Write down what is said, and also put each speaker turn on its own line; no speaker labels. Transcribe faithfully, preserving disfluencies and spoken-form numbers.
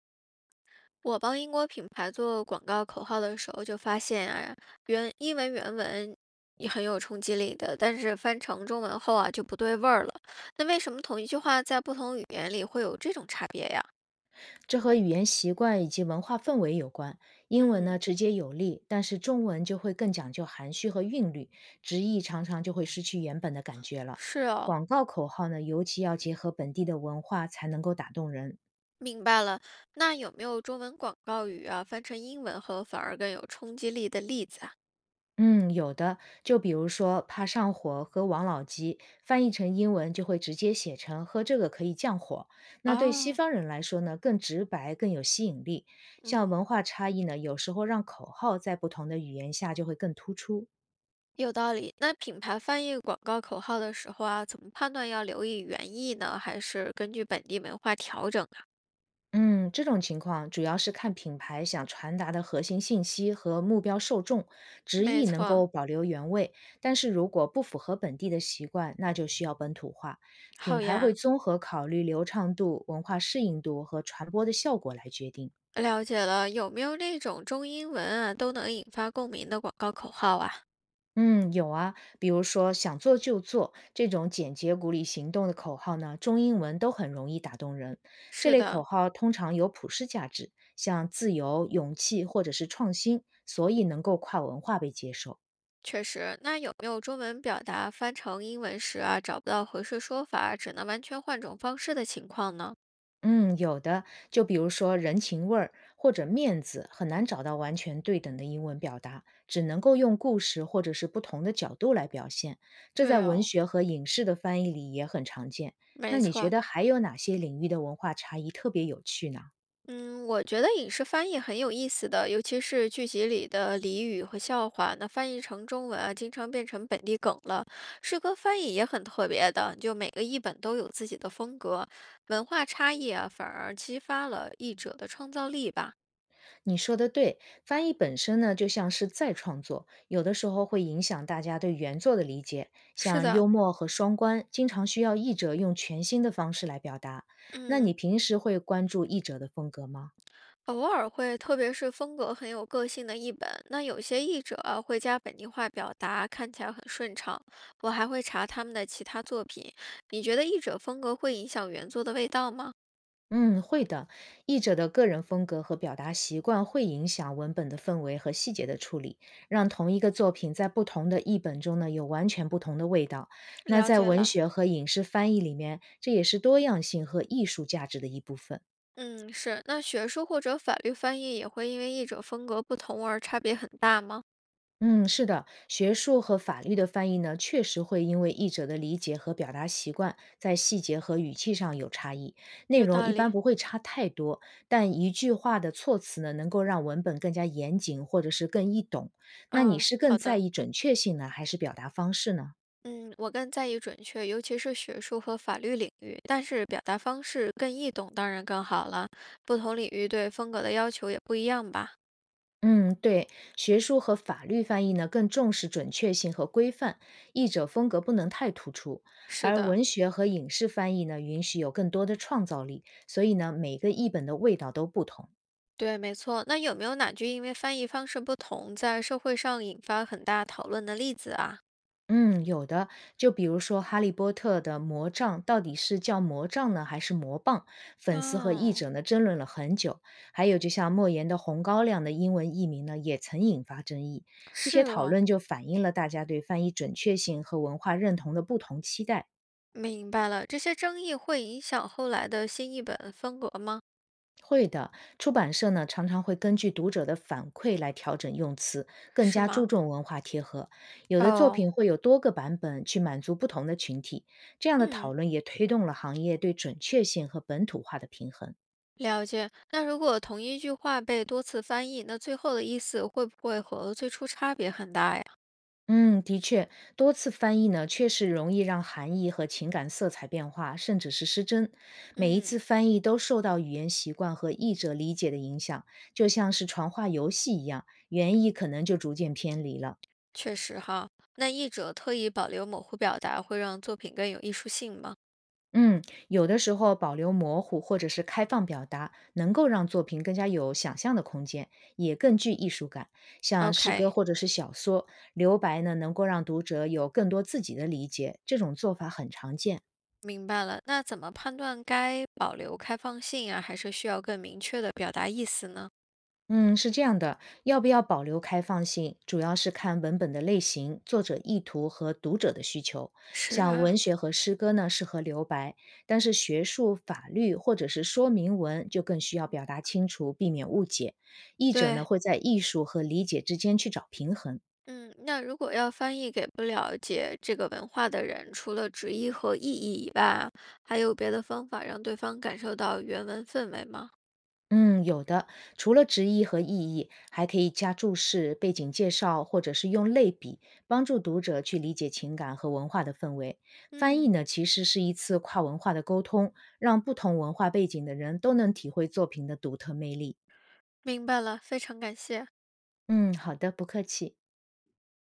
我帮英国品牌做广告口号的时候，就发现啊，原英文原文也很有冲击力的，但是翻成中文后啊就不对味儿了。那为什么同一句话在不同语言里会有这种差别呀？
这和语言习惯以及文化氛围有关。英文
嗯，
呢直接有力，但是中文就会更讲究含蓄和韵律，直译常常就会失去原本的感觉了。
是哦，
广告口号呢，尤其要结合本地的文化才能够打动人。
明白了。那有没有中文广告语啊，翻成英文后反而更有冲击力的例子啊？
嗯，有的，就比如说“怕上火”喝王老吉”，翻译成英文就会直接写成“喝这个可以降火”。那对西
哦，
方人来说呢，更直白，更有吸引力。像
嗯，
文化差异呢，有时候让口号在不同的语言下就会更突出。
有道理。那品牌翻译广告口号的时候啊，怎么判断要留意原意呢，还是根据本地文化调整啊？
嗯，这种情况主要是看品牌想传达的核心信息和目标受众，直
没
译能
错，
够保留原味，但是如果不符合本地的习惯，那就需要本土化。品
好
牌会
呀，
综合考虑流畅度、文化适应度和传播的效果来决定。
了解了。有没有那种中英文啊都能引发共鸣的广告口号啊？
嗯，有啊，比如说“想做就做”这种简洁鼓励行动的口号呢，中英文都很容易打动人。这
是
类口
的，
号通常有普世价值，像自由、勇气或者是创新，所以能够跨文化被接受。
确实。那有没有中文表达翻成英文时啊找不到合适说法，只能完全换种方式的情况呢？
嗯，有的，就比如说人情味儿或者面子，很难找到完全对等的英文表达，只能够用故事或者是不同的角度来表现。这在
对
文
哦，
学和影视的翻译里也很常见。那
没
你觉
错，
得还有哪些领域的文化差异特别有趣呢？
嗯，我觉得影视翻译很有意思的，尤其是剧集里的俚语和笑话，那翻译成中文啊，经常变成本地梗了。诗歌翻译也很特别的，就每个译本都有自己的风格，文化差异啊，反而激发了译者的创造力吧。
你说的对，翻译本身呢就像是再创作，有的时候会影响大家对原作的理解。
是
像
的，
幽默和双关，经常需要译者用全新的方式来表达。那你
嗯，
平时会关注译者的风格吗？
偶尔会，特别是风格很有个性的译本，那有些译者啊会加本地化表达，看起来很顺畅。我还会查他们的其他作品。你觉得译者风格会影响原作的味道吗？
嗯，会的。译者的个人风格和表达习惯会影响文本的氛围和细节的处理，让同一个作品在不同的译本中呢有完全不同的味道。那
了
在
解
文
了，
学和影视翻译里面，这也是多样性和艺术价值的一部分。
嗯，是。那学术或者法律翻译也会因为译者风格不同而差别很大吗？
嗯，是的，学术和法律的翻译呢，确实会因为译者的理解和表达习惯，在细节和语气上有差异。内
有
容
道
一般
理。
不会差太多，但一句话的措辞呢，能够让文本更加严谨，或者是更易懂。那你
嗯，
是更
好
在
的。
意准确性呢，还是表达方式呢？
嗯，我更在意准确，尤其是学术和法律领域。但是表达方式更易懂，当然更好了。不同领域对风格的要求也不一样吧？
嗯，对，学术和法律翻译呢更重视准确性和规范，译者风格不能太突出；
是
而
的，
文学和影视翻译呢，允许有更多的创造力，所以呢，每个译本的味道都不同。
对，没错。那有没有哪句因为翻译方式不同，在社会上引发很大讨论的例子啊？
嗯，有的，就比如说《哈利波特》的魔杖到底是叫魔杖呢，还是魔棒？粉丝和译
嗯，
者呢争论了很久。还有，就像莫言的《红高粱》的英文译名呢，也曾引发争议。这
是
些讨
哦。
论就反映了大家对翻译准确性和文化认同的不同期待。
明白了，这些争议会影响后来的新译本风格吗？
会的，出版社呢常常会根据读者的反馈来调整用词，更
是
加注
吗？
重文化贴合。有的作
哦，
品会有多个版本去满足不同的群体，这样的讨
嗯，
论也推动了行业对准确性和本土化的平衡。
了解。那如果同一句话被多次翻译，那最后的意思会不会和最初差别很大呀？
嗯，的确，多次翻译呢确实容易让含义和情感色彩变化，甚至是失真。每一次
嗯，
翻译都受到语言习惯和译者理解的影响，就像是传话游戏一样，原意可能就逐渐偏离了。
确实哈。那译者特意保留模糊表达，会让作品更有艺术性吗
嗯，有的时候保留模糊或者是开放表达，能够让作品更加有想象的空间，也更具艺术感。像诗歌
？O K，
或者是小说，留白呢，能够让读者有更多自己的理解，这种做法很常见。
明白了。那怎么判断该保留开放性啊，还是需要更明确的表达意思呢？
嗯，是这样的，要不要保留开放性，主要是看文本的类型、作者意图和读者的需求。
是
像文
啊，
学和诗歌呢，适合留白，但是学术、法律或者是说明文就更需要表达清楚，避免误解。译者呢，
对。
会在艺术和理解之间去找平衡。
嗯，那如果要翻译给不了解这个文化的人，除了直译和意译以外，还有别的方法让对方感受到原文氛围吗？
嗯，有的，除了直译和意译，还可以加注释、背景介绍，或者是用类比，帮助读者去理解情感和文化的氛围。翻译
嗯，
呢，其实是一次跨文化的沟通，让不同文化背景的人都能体会作品的独特魅力。
明白了，非常感谢。
嗯，好的，不客气。